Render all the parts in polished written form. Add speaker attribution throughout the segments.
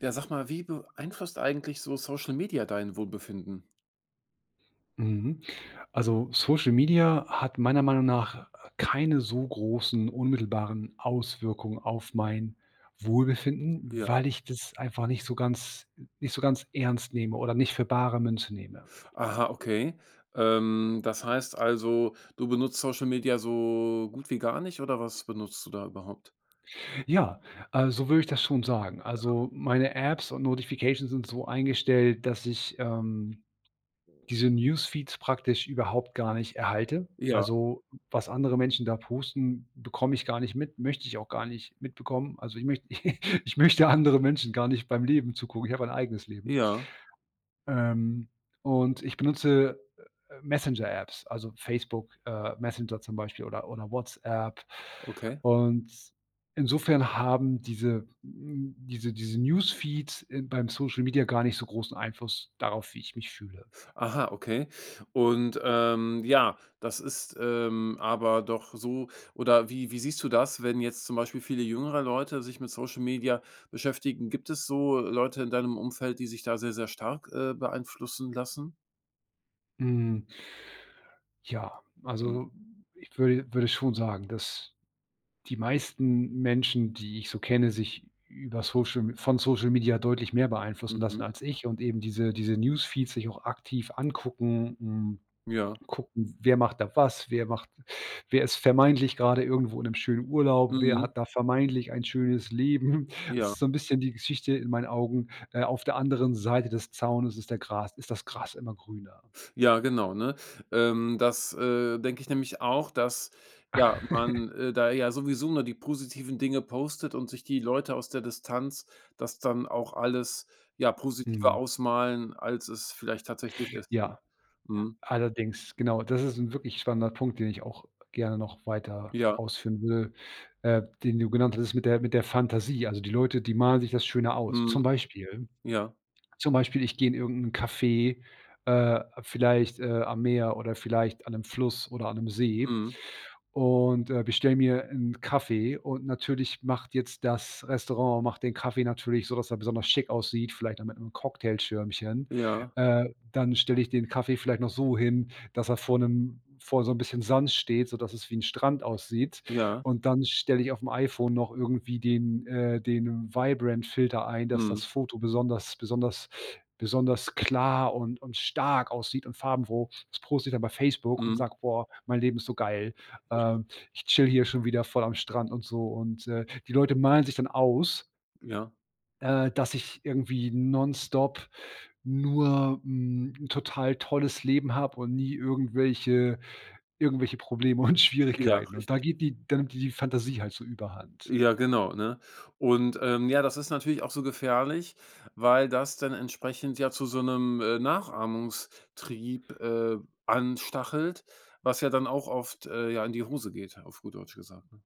Speaker 1: Ja, sag mal, wie beeinflusst eigentlich so Social Media dein Wohlbefinden?
Speaker 2: Mhm. Also Social Media hat meiner Meinung nach keine so großen unmittelbaren Auswirkungen auf mein Wohlbefinden,
Speaker 1: Ja.
Speaker 2: weil ich das einfach nicht so ganz ernst nehme oder nicht für bare Münze nehme.
Speaker 1: Aha, okay. Das heißt also, du benutzt Social Media so gut wie gar nicht oder was benutzt du da überhaupt?
Speaker 2: Ja, so würde ich das schon sagen. Also meine Apps und Notifications sind so eingestellt, dass ich diese Newsfeeds praktisch überhaupt gar nicht erhalte.
Speaker 1: Ja,
Speaker 2: Also, was andere Menschen da posten, bekomme ich gar nicht mit, möchte ich auch gar nicht mitbekommen. Also, ich möchte ich möchte andere Menschen gar nicht beim Leben zugucken. Ich habe ein eigenes Leben.
Speaker 1: ja,
Speaker 2: Ähm, und ich benutze, Messenger-Apps, also Facebook, Messenger zum Beispiel oder WhatsApp.
Speaker 1: okay.
Speaker 2: Und insofern haben diese hm, diese diese Newsfeeds in beim Social Media gar nicht so großen Einfluss darauf, wie ich mich fühle.
Speaker 1: Aha, okay. Und ja, das ist aber doch so, oder wie siehst du das, wenn jetzt zum Beispiel viele jüngere Leute sich mit Social Media beschäftigen? Gibt es so Leute in deinem Umfeld, die sich da sehr, sehr stark beeinflussen lassen?
Speaker 2: Mhm. Ja,
Speaker 1: Mhm.
Speaker 2: also ich würde schon sagen, dass die meisten Menschen, die ich so kenne, sich über Social von Social Media deutlich mehr beeinflussen
Speaker 1: Mhm.
Speaker 2: lassen als ich und eben diese Newsfeeds sich auch aktiv angucken,
Speaker 1: Ja.
Speaker 2: gucken, wer macht da was, wer ist vermeintlich gerade irgendwo in einem schönen Urlaub, wer
Speaker 1: Mhm.
Speaker 2: hat da vermeintlich ein schönes Leben. Das
Speaker 1: Ja.
Speaker 2: ist so ein bisschen die Geschichte in meinen Augen, auf der anderen Seite des Zaunes ist der Gras ist das Gras immer grüner.
Speaker 1: Ja, genau, ne? Das denke ich nämlich auch, dass, ja, man da ja sowieso nur die positiven Dinge postet und sich die Leute aus der Distanz das dann auch alles, ja, positiver
Speaker 2: Mhm.
Speaker 1: ausmalen, als es vielleicht tatsächlich ist, ne?
Speaker 2: Ja.
Speaker 1: Mhm.
Speaker 2: Allerdings, genau. Das ist 'n wirklich spannender Punkt, den ich auch gerne noch weiter
Speaker 1: Ja.
Speaker 2: ausführen will, den du genannt hattest mit der Fantasie. Also, die Leute, die malen sich das schöner aus.
Speaker 1: Mhm.
Speaker 2: Zum Beispiel
Speaker 1: Ja.
Speaker 2: zum Beispiel, ich gehe in irgend 'nen Café, vielleicht, am Meer oder vielleicht an 'nem Fluss oder an 'nem See
Speaker 1: Mhm.
Speaker 2: und, bestelle mir einen Kaffee und natürlich macht jetzt das Restaurant macht den Kaffee natürlich so, dass er besonders schick aussieht, vielleicht noch mit einem Cocktailschirmchen.
Speaker 1: Ja.
Speaker 2: Dann stelle ich den Kaffee vielleicht noch so hin, dass er vor so ein bisschen Sand steht, sodass es wie ein Strand aussieht.
Speaker 1: Ja.
Speaker 2: Und dann stelle ich auf dem iPhone noch irgendwie den Vibrant-Filter ein, dass das
Speaker 1: Mhm.
Speaker 2: Foto besonders klar und stark aussieht und farbenfroh. Das poste ich dann bei Facebook und
Speaker 1: Mhm.
Speaker 2: sage: „Boah, mein Leben ist so geil."
Speaker 1: Ja.
Speaker 2: ähm, ich chill hier schon wieder voll am Strand und so. Und, die Leute malen sich dann aus,
Speaker 1: Ja.
Speaker 2: dass ich irgendwie nonstop nur 'n total tolles Leben habe und nie irgendwelche Probleme und
Speaker 1: Ja,
Speaker 2: Schwierigkeiten. Und
Speaker 1: richtig.
Speaker 2: da geht die dann nimmt die Fantasie halt so überhand.
Speaker 1: Ja, genau, ne? Und, ja, das ist natürlich auch so gefährlich, weil das dann entsprechend ja zu so einem Nachahmungstrieb, anstachelt, was ja dann auch oft, ja, in die Hose geht, auf gut Deutsch gesagt, ne?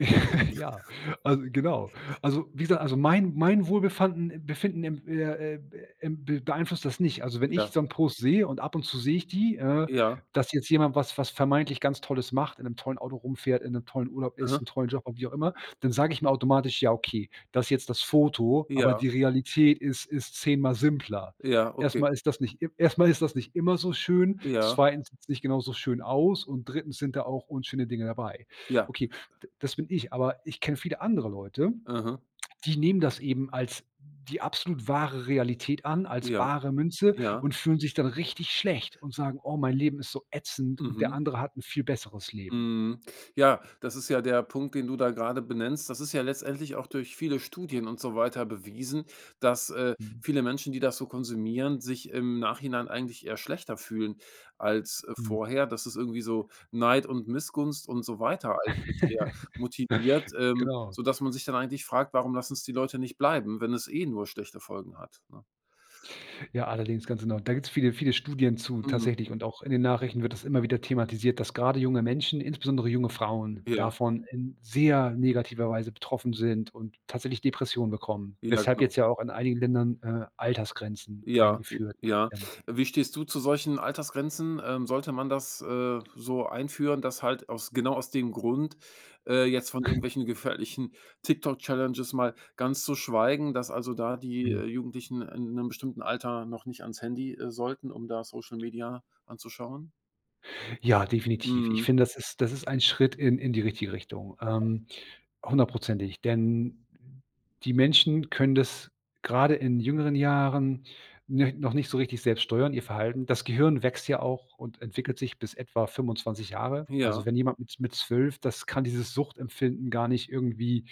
Speaker 2: Ja, also genau. Also, wie gesagt, also mein Wohlbefinden Befinden em em be beeinflusst das nicht. Also, wenn ich
Speaker 1: Ja,
Speaker 2: so 'n Post sehe und ab und zu sehe ich
Speaker 1: ja,
Speaker 2: dass jetzt jemand was vermeintlich ganz Tolles macht, in einem tollen Auto rumfährt, in einem tollen Urlaub
Speaker 1: aha,
Speaker 2: ist, 'n tollen Job hat, wie auch immer, dann sage ich mir automatisch: „Ja, okay, das ist jetzt das Foto, aber
Speaker 1: ja,
Speaker 2: die Realität ist zehnmal simpler."
Speaker 1: ja, okay,
Speaker 2: Erst ist das nicht immer so schön,
Speaker 1: ja,
Speaker 2: 2. sieht's nicht genauso schön aus und drittens sind da auch unschöne Dinge dabei.
Speaker 1: ja,
Speaker 2: Okay, D das bin ich, aber ich kenne viele andere Leute,
Speaker 1: aha,
Speaker 2: die nehmen das eben als die absolut wahre Realität an, als
Speaker 1: ja,
Speaker 2: bare Münze
Speaker 1: ja,
Speaker 2: und fühlen sich dann richtig schlecht und sagen: „Oh, mein Leben ist so ätzend und der
Speaker 1: mhm.
Speaker 2: andere hat 'n viel besseres Leben."
Speaker 1: Mhm. Ja, das ist ja der Punkt, den du da gerade benennst. Das ist ja letztendlich auch durch viele Studien und so weiter bewiesen, dass,
Speaker 2: Mhm.
Speaker 1: viele Menschen, die das so konsumieren, sich im Nachhinein eigentlich eher schlechter fühlen als,
Speaker 2: Mhm.
Speaker 1: vorher, dass es irgendwie so Neid und Missgunst und so weiter eigentlich eher motiviert,
Speaker 2: Genau.
Speaker 1: sodass man sich dann eigentlich fragt: „Warum lassen es die Leute nicht bleiben, wenn es eh nur schlechte Folgen hat", ne?
Speaker 2: Ja, allerdings, ganz genau. Da gibt es viele, viele Studien zu
Speaker 1: Mhm.
Speaker 2: tatsächlich und auch in den Nachrichten wird das immer wieder thematisiert, dass gerade junge Menschen, insbesondere junge Frauen,
Speaker 1: Ja.
Speaker 2: davon in sehr negativer Weise betroffen sind und tatsächlich Depressionen bekommen,
Speaker 1: Ja,
Speaker 2: weshalb
Speaker 1: genau.
Speaker 2: jetzt ja auch in einigen Ländern, Altersgrenzen
Speaker 1: Ja,
Speaker 2: eingeführt
Speaker 1: ja.
Speaker 2: werden.
Speaker 1: Wie stehst du zu solchen Altersgrenzen? Sollte man das, so einführen, dass halt aus genau aus dem Grund, jetzt von irgendwelchen gefährlichen TikTok-Challenges mal ganz zu schweigen, dass also da die,
Speaker 2: Mhm.
Speaker 1: Jugendlichen in einem bestimmten Alter noch nicht ans Handy, sollten, um da Social Media anzuschauen?
Speaker 2: Ja, definitiv. Ich
Speaker 1: Mhm.
Speaker 2: finde, das ist ein Schritt in die richtige Richtung, hundertprozentig, denn die Menschen können das gerade in jüngeren Jahren ne noch nicht so richtig selbst steuern, ihr Verhalten. Das Gehirn wächst ja auch und entwickelt sich bis etwa 25 Jahre.
Speaker 1: Ja,
Speaker 2: Also, wenn jemand mit 12, das kann dieses Suchtempfinden gar nicht irgendwie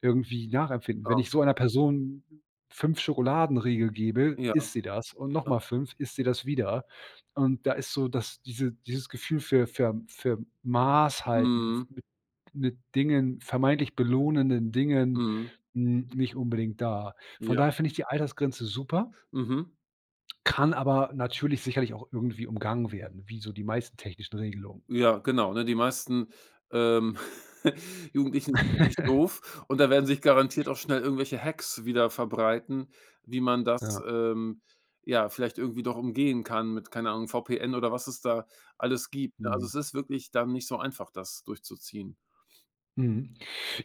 Speaker 2: irgendwie nachempfinden. Wenn
Speaker 1: genau.
Speaker 2: ich so einer Person 5 Schokoladenriegel gebe,
Speaker 1: Ja,
Speaker 2: isst sie das und noch
Speaker 1: ja.
Speaker 2: mal 5, isst sie das wieder. Und da ist so dass dieses Gefühl für Maß halten f
Speaker 1: Mhm,
Speaker 2: mit Dingen vermeintlich belohnenden Dingen,
Speaker 1: mhm.
Speaker 2: nicht unbedingt da. Von
Speaker 1: Ja.
Speaker 2: daher finde ich die Altersgrenze super,
Speaker 1: Mhm.
Speaker 2: kann aber natürlich sicherlich auch irgendwie umgangen werden, wie so die meisten technischen Regelungen.
Speaker 1: Ja, genau, ne? Die meisten, ähm, Jugendlichen sind ja nicht doof und da werden sich garantiert auch schnell irgendwelche Hacks wieder verbreiten, wie man das,
Speaker 2: Ja,
Speaker 1: ähm, ja, vielleicht irgendwie doch umgehen kann mit, keine Ahnung, VPN oder was es da alles gibt, ne? Also,
Speaker 2: mhm.
Speaker 1: es ist wirklich dann nicht so einfach, das durchzuziehen.
Speaker 2: Mhm.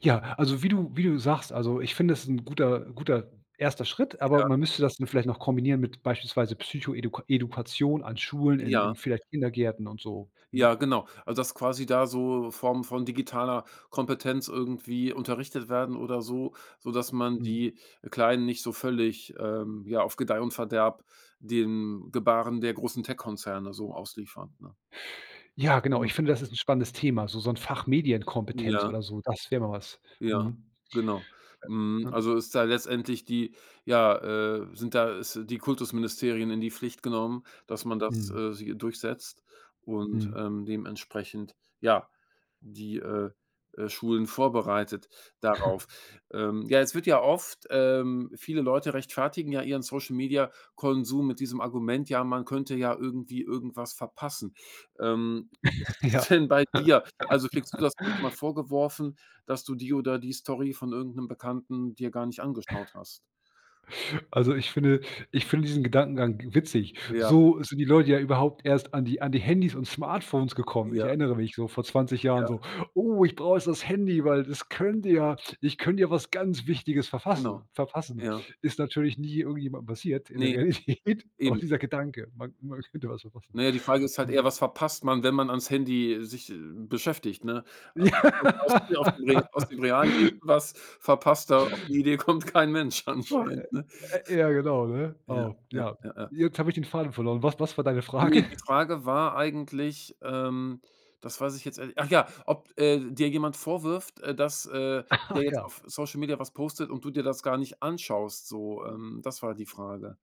Speaker 2: Ja, also wie du sagst, also ich finde, es ist 'n guter erster Schritt, aber
Speaker 1: Ja,
Speaker 2: man müsste das dann vielleicht noch kombinieren mit beispielsweise Psychoedukation an Schulen, in
Speaker 1: ja.
Speaker 2: in vielleicht Kindergärten und so. Mhm,
Speaker 1: Ja, genau. Also, dass quasi da so Formen von digitaler Kompetenz irgendwie unterrichtet werden oder so, sodass man
Speaker 2: mhm.
Speaker 1: die Kleinen nicht so völlig, ja, auf Gedeih und Verderb dem Gebaren der großen Tech-Konzerne so ausliefert, ne?
Speaker 2: Ja, genau,
Speaker 1: Hm,
Speaker 2: ich finde, das ist ein spannendes Thema, so ein Fach Medienkompetenz
Speaker 1: ja,
Speaker 2: oder so, das wäre mal was.
Speaker 1: ja,
Speaker 2: Mhm.
Speaker 1: genau. Hm,
Speaker 2: Ja.
Speaker 1: also ist da letztendlich die ja, sind da ist die Kultusministerien in die Pflicht genommen, dass man das,
Speaker 2: Mhm,
Speaker 1: äh, sie durchsetzt und,
Speaker 2: mhm.
Speaker 1: ähm, dementsprechend, ja die, Schulen vorbereitet darauf. Ja, es wird ja oft viele Leute rechtfertigen ja ihren Social-Media-Konsum mit diesem Argument: „Ja, man könnte ja irgendwie irgendwas verpassen." Wie ist es
Speaker 2: Ja.
Speaker 1: denn bei dir? Also, kriegst du das manchmal vorgeworfen, dass du die oder die Story von irgendeinem Bekannten dir gar nicht angeschaut hast?
Speaker 2: Also, ich finde diesen Gedankengang witzig.
Speaker 1: Ja,
Speaker 2: So sind die Leute ja überhaupt erst an die Handys und Smartphones gekommen. Ich
Speaker 1: ja,
Speaker 2: erinnere mich so vor 20 Jahren so:
Speaker 1: ja,
Speaker 2: „Oh, ich brauche jetzt das Handy, weil das könnte ja ich könnte ja was ganz Wichtiges
Speaker 1: genau.
Speaker 2: verfassen verpassen.“
Speaker 1: Ja,
Speaker 2: Ist natürlich nie irgendjemand passiert in der
Speaker 1: nee,
Speaker 2: Realität, aber
Speaker 1: eben.
Speaker 2: dieser Gedanke, man könnte was verpassen.
Speaker 1: Na ja, die Frage ist halt
Speaker 2: Hm.
Speaker 1: eher, was verpasst man, wenn man ans Handy sich, beschäftigt, ne? Also, Aus
Speaker 2: Ja.
Speaker 1: aus dem Re aus dem realen Leben was verpasst, da auf die Idee kommt kein Mensch anscheinend, ne?
Speaker 2: Ja, genau, ne?
Speaker 1: Ja,
Speaker 2: Oh,
Speaker 1: ja,
Speaker 2: ja.
Speaker 1: ja, ja.
Speaker 2: Jetzt habe ich den Faden verloren. Was war deine
Speaker 1: Ne,
Speaker 2: Frage?
Speaker 1: die Frage war eigentlich, das weiß ich jetzt ehrlich ach ja, ob, dir jemand vorwirft, dass, der
Speaker 2: Ach
Speaker 1: jetzt
Speaker 2: ja.
Speaker 1: auf Social Media was postet und du dir das gar nicht anschaust so, das war die Frage.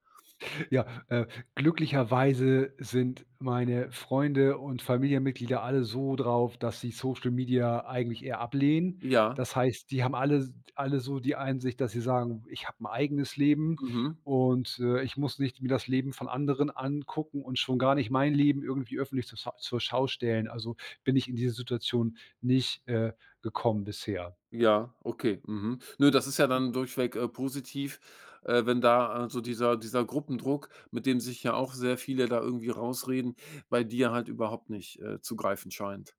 Speaker 2: Ja, glücklicherweise sind meine Freunde und Familienmitglieder alle so drauf, dass sie Social Media eigentlich eher ablehnen.
Speaker 1: Ja,
Speaker 2: Das heißt, die haben alle so die Einsicht, dass sie sagen: „Ich habe 'n eigenes Leben
Speaker 1: mhm.
Speaker 2: und, ich muss nicht mir das Leben von anderen angucken und schon gar nicht mein Leben irgendwie öffentlich zur Schau stellen." Also, bin ich in diese Situation nicht, gekommen bisher.
Speaker 1: Ja, okay, mhm. Nö, das ist ja dann durchweg, positiv, wenn da, so dieser Gruppendruck, mit dem sich ja auch sehr viele da irgendwie rausreden, bei dir halt überhaupt nicht, zu greifen scheint.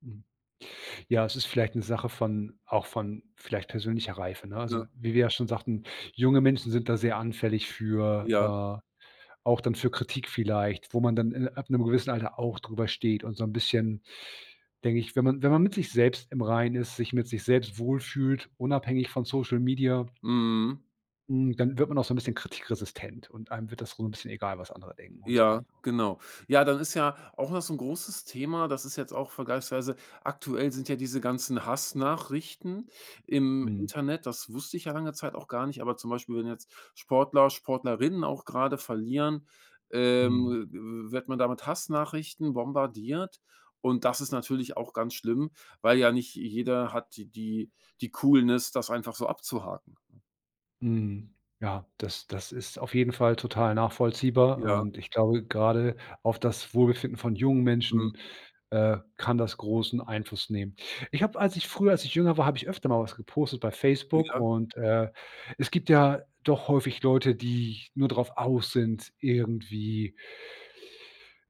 Speaker 2: Mhm. Ja, es ist vielleicht 'ne Sache von auch von vielleicht persönlicher Reife, ne? Also,
Speaker 1: Ja,
Speaker 2: wie wir ja schon sagten, junge Menschen sind da sehr anfällig
Speaker 1: ja,
Speaker 2: für auch dann für Kritik vielleicht, wo man dann in ab 'nem gewissen Alter auch drüber steht und so 'n bisschen, denke ich, wenn man wenn man mit sich selbst im Reinen ist, sich mit sich selbst wohlfühlt, unabhängig von Social Media,
Speaker 1: mhm.
Speaker 2: dann wird man auch so 'n bisschen kritikresistent und einem wird das so 'n bisschen egal, was andere denken und
Speaker 1: Ja,
Speaker 2: sagen.
Speaker 1: genau. Ja, dann ist ja auch noch so ein großes Thema das ist jetzt auch vergleichsweise aktuell sind ja diese ganzen Hassnachrichten im
Speaker 2: Mhm.
Speaker 1: Internet. Das wusste ich ja lange Zeit auch gar nicht, aber zum Beispiel, wenn jetzt Sportler, Sportlerinnen auch gerade verlieren,
Speaker 2: Mhm.
Speaker 1: ähm, wird man damit Hassnachrichten bombardiert. Und das ist natürlich auch ganz schlimm, weil ja nicht jeder hat die Coolness, das einfach so abzuhaken.
Speaker 2: Mhm. Ja, das ist auf jeden Fall total nachvollziehbar
Speaker 1: Ja,
Speaker 2: und ich glaube, gerade auf das Wohlbefinden von jungen
Speaker 1: mhm,
Speaker 2: Menschen, kann das großen Einfluss nehmen. Ich habe, als ich jünger war, habe ich öfter mal was gepostet bei Facebook
Speaker 1: ja,
Speaker 2: und, es gibt ja doch häufig Leute, die nur darauf aus sind, irgendwie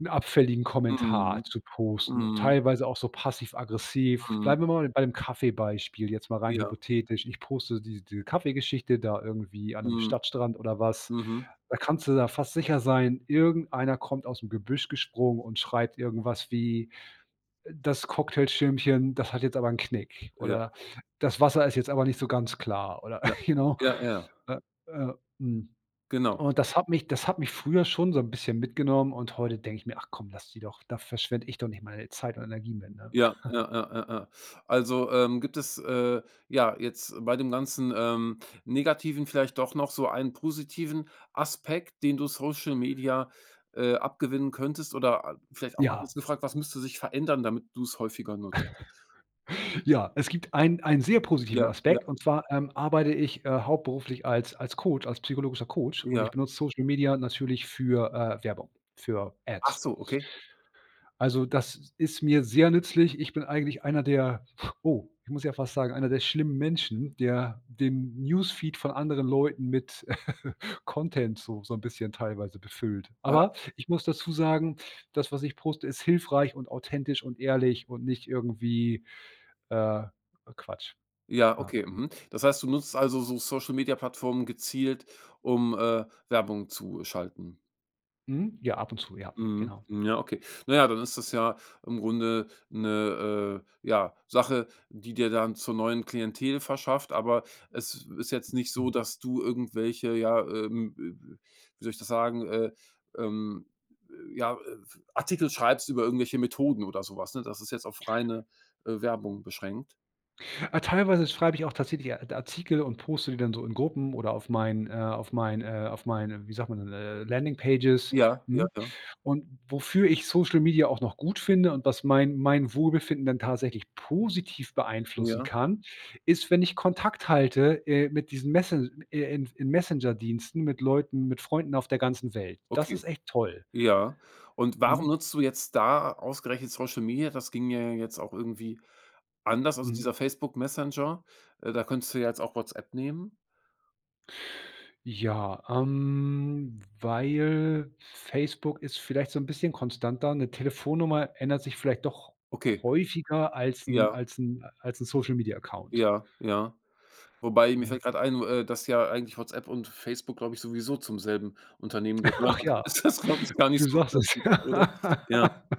Speaker 2: 'n abfälligen
Speaker 1: mhm,
Speaker 2: Kommentar zu posten,
Speaker 1: mhm,
Speaker 2: teilweise auch so passiv-aggressiv.
Speaker 1: mhm,
Speaker 2: Bleiben wir mal bei dem Kaffeebeispiel, jetzt mal rein
Speaker 1: ja,
Speaker 2: hypothetisch. Ich poste diese Kaffeegeschichte da irgendwie an 'nem
Speaker 1: mhm.
Speaker 2: Stadtstrand oder was.
Speaker 1: Mhm.
Speaker 2: Da kannst du da fast sicher sein, irgendeiner kommt aus'm Gebüsch gesprungen und schreibt irgendwas wie: „Das Cocktailschirmchen, das hat jetzt aber 'n Knick"
Speaker 1: Ja,
Speaker 2: oder „Das Wasser ist jetzt aber nicht so ganz klar" oder
Speaker 1: ja,
Speaker 2: you know?
Speaker 1: ja, ja,
Speaker 2: Äh, äh, mhm.
Speaker 1: genau.
Speaker 2: Und das hat mich früher schon so 'n bisschen mitgenommen und heute denke ich mir: „Ach komm, lass die doch, da verschwende ich doch nicht meine Zeit und Energie mit", ne?
Speaker 1: Ja, ja, ja, ja, ja. Also, gibt es, ja, jetzt bei dem ganzen, Negativen vielleicht doch noch so einen positiven Aspekt, den du Social Media, abgewinnen könntest oder a vielleicht auch anders
Speaker 2: Ja,
Speaker 1: gefragt, was müsste sich verändern, damit du es häufiger nutzt?
Speaker 2: ja, es gibt einen sehr positiven
Speaker 1: Ja, ja,
Speaker 2: Aspekt und zwar, arbeite ich, hauptberuflich als psychologischer Coach und
Speaker 1: ja.
Speaker 2: ich benutze Social Media natürlich für, Werbung, für
Speaker 1: Ach
Speaker 2: Ads.
Speaker 1: so, okay.
Speaker 2: Also, das ist mir sehr nützlich. Ich bin eigentlich einer der oh, ich muss ja fast sagen, einer der schlimmen Menschen, der den Newsfeed von anderen Leuten mit Content so ein bisschen teilweise befüllt.
Speaker 1: Ah,
Speaker 2: Aber ich muss dazu sagen, das, was ich poste, ist hilfreich und authentisch und ehrlich und nicht irgendwie, äh, Quatsch.
Speaker 1: ja,
Speaker 2: Ja.
Speaker 1: okay, mhm. Das heißt, du nutzt also so Social Media Plattformen gezielt, um, Werbung zu schalten?
Speaker 2: Mhm. Ja, ab und zu, ja,
Speaker 1: Mhm.
Speaker 2: genau.
Speaker 1: Mhm, ja, okay. Na ja, dann ist das ja im Grunde eine ja, Sache, die dir dann zur neuen Klientel verschafft, aber es ist jetzt nicht
Speaker 2: Mhm.
Speaker 1: so, dass du irgendwelche, ja, wie soll ich das sagenähm, ja, Artikel schreibst über irgendwelche Methoden oder sowas, ne? Das ist jetzt auf reine, Werbung beschränkt?
Speaker 2: Ah, teilweise schreibe ich auch tatsächlich Ar Artikel und poste die dann so in Gruppen oder auf meinen, wie sagt man denn, Landing-Pages,
Speaker 1: Ja, ja,
Speaker 2: mhm,
Speaker 1: ja,
Speaker 2: und wofür ich Social Media auch noch gut finde und was mein Wohlbefinden dann tatsächlich positiv beeinflussen
Speaker 1: ja,
Speaker 2: kann, ist, wenn ich Kontakt halte, mit diesen Messen in Messenger-Diensten mit Leuten mit Freunden auf der ganzen Welt. Das
Speaker 1: okay.
Speaker 2: ist echt toll.
Speaker 1: Ja. Und
Speaker 2: Mhm,
Speaker 1: warum nutzt du jetzt da ausgerechnet Social Media? Das ging ja jetzt auch irgendwie anders. Also,
Speaker 2: mhm.
Speaker 1: dieser Facebook Messenger, da könntest du ja jetzt auch WhatsApp nehmen.
Speaker 2: Ja, weil Facebook ist vielleicht so ein bisschen konstanter. Eine Telefonnummer ändert sich vielleicht doch
Speaker 1: Okay,
Speaker 2: häufiger als
Speaker 1: ja,
Speaker 2: ein als ein als ein Social Media Account.
Speaker 1: ja, ja. Wobei, mir
Speaker 2: Mhm.
Speaker 1: fällt gerade ein, dass ja eigentlich WhatsApp und Facebook, glaube ich, sowieso zum selben Unternehmen gehören.
Speaker 2: Ach
Speaker 1: Dann
Speaker 2: ja,
Speaker 1: ist das, glaube ich, gar
Speaker 2: du
Speaker 1: nicht so ein
Speaker 2: sagst es.
Speaker 1: Unterschied, oder? Ja.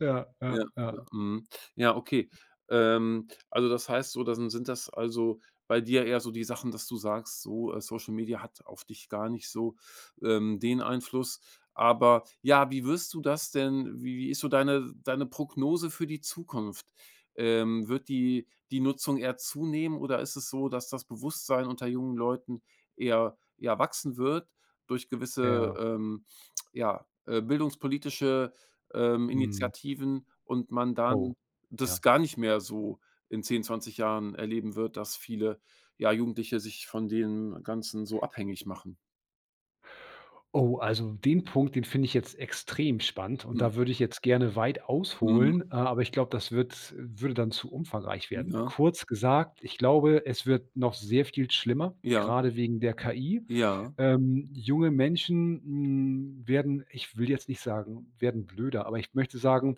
Speaker 2: Ja, ja,
Speaker 1: Ja,
Speaker 2: ja,
Speaker 1: ja, mhm. Ja, okay. Also das heißt so, dann sind das also bei dir eher so die Sachen, dass du sagst, so, Social Media hat auf dich gar nicht so, den Einfluss. Aber ja, wie wirst du das denn wie ist so deine Prognose für die Zukunft? Wird die Nutzung eher zunehmen oder ist es so, dass das Bewusstsein unter jungen Leuten eher ja, wachsen wird durch gewisse,
Speaker 2: ja.
Speaker 1: ähm, ja, bildungspolitische
Speaker 2: Mhm.
Speaker 1: Initiativen und man dann
Speaker 2: Oh,
Speaker 1: das
Speaker 2: ja.
Speaker 1: gar nicht mehr so in 10, 20 Jahren erleben wird, dass viele, ja, Jugendliche sich von dem Ganzen so abhängig machen.
Speaker 2: Oh, also den Punkt, den finde ich jetzt extrem spannend und
Speaker 1: Mhm,
Speaker 2: da würde ich jetzt gerne weit
Speaker 1: mhm,
Speaker 2: ausholen, aber ich glaube, das wird würde dann zu umfangreich werden.
Speaker 1: ja,
Speaker 2: Kurz gesagt, ich glaube, es wird noch sehr viel schlimmer,
Speaker 1: ja,
Speaker 2: gerade wegen der KI.
Speaker 1: ja,
Speaker 2: Junge Menschen, werden ich will jetzt nicht sagen, werden blöder, aber ich möchte sagen,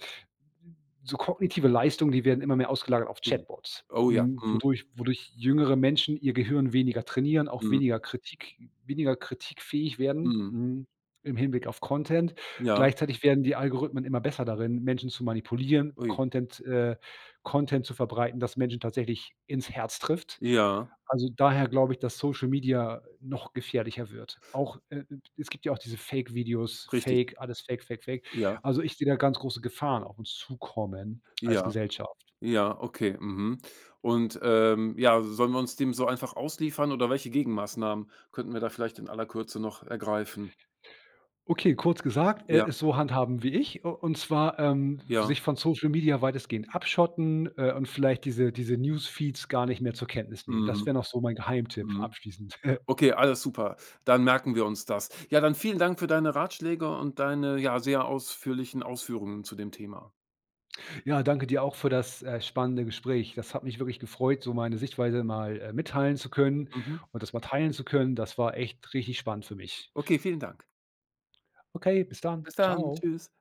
Speaker 2: so kognitive Leistungen, die werden immer mehr ausgelagert auf
Speaker 1: ui.
Speaker 2: Chatbots,
Speaker 1: Oh ja, mhm,
Speaker 2: wodurch jüngere Menschen ihr Gehirn weniger trainieren, auch
Speaker 1: mhm,
Speaker 2: weniger kritikfähig werden,
Speaker 1: mhm,
Speaker 2: im Hinblick auf Content.
Speaker 1: ja,
Speaker 2: Gleichzeitig werden die Algorithmen immer besser darin, Menschen zu manipulieren,
Speaker 1: ui,
Speaker 2: Content zu verbreiten, das Menschen tatsächlich ins Herz trifft.
Speaker 1: ja,
Speaker 2: Also, daher glaube ich, dass Social Media noch gefährlicher wird. Auch, es gibt ja auch diese Fake-Videos,
Speaker 1: richtig,
Speaker 2: Fake, alles Fake, Fake, Fake.
Speaker 1: ja,
Speaker 2: Also, ich sehe da ganz große Gefahren auf uns zukommen als
Speaker 1: ja,
Speaker 2: Gesellschaft.
Speaker 1: ja, okay, mhm. Und, ja, sollen wir uns dem so einfach ausliefern oder welche Gegenmaßnahmen könnten wir da vielleicht in aller Kürze noch ergreifen?
Speaker 2: Okay, kurz gesagt,
Speaker 1: Ja,
Speaker 2: es so handhaben wie ich, u und zwar,
Speaker 1: ja,
Speaker 2: sich von Social Media weitestgehend abschotten, und vielleicht diese Newsfeeds gar nicht mehr zur Kenntnis nehmen. Das wäre
Speaker 1: mhm.
Speaker 2: noch so mein Geheimtipp
Speaker 1: Mhm.
Speaker 2: abschließend.
Speaker 1: Okay, alles super. Dann merken wir uns das. Ja, dann vielen Dank für deine Ratschläge und deine, ja, sehr ausführlichen Ausführungen zu dem Thema.
Speaker 2: Ja, danke dir auch für das, spannende Gespräch. Das hat mich wirklich gefreut, so meine Sichtweise mal, mitteilen zu können
Speaker 1: Mhm.
Speaker 2: und das mal teilen zu können. Das war echt richtig spannend für mich.
Speaker 1: Okay, vielen Dank.
Speaker 2: Okay, bis dann.
Speaker 1: Bis dann.
Speaker 2: Ciao.
Speaker 1: Tschüss.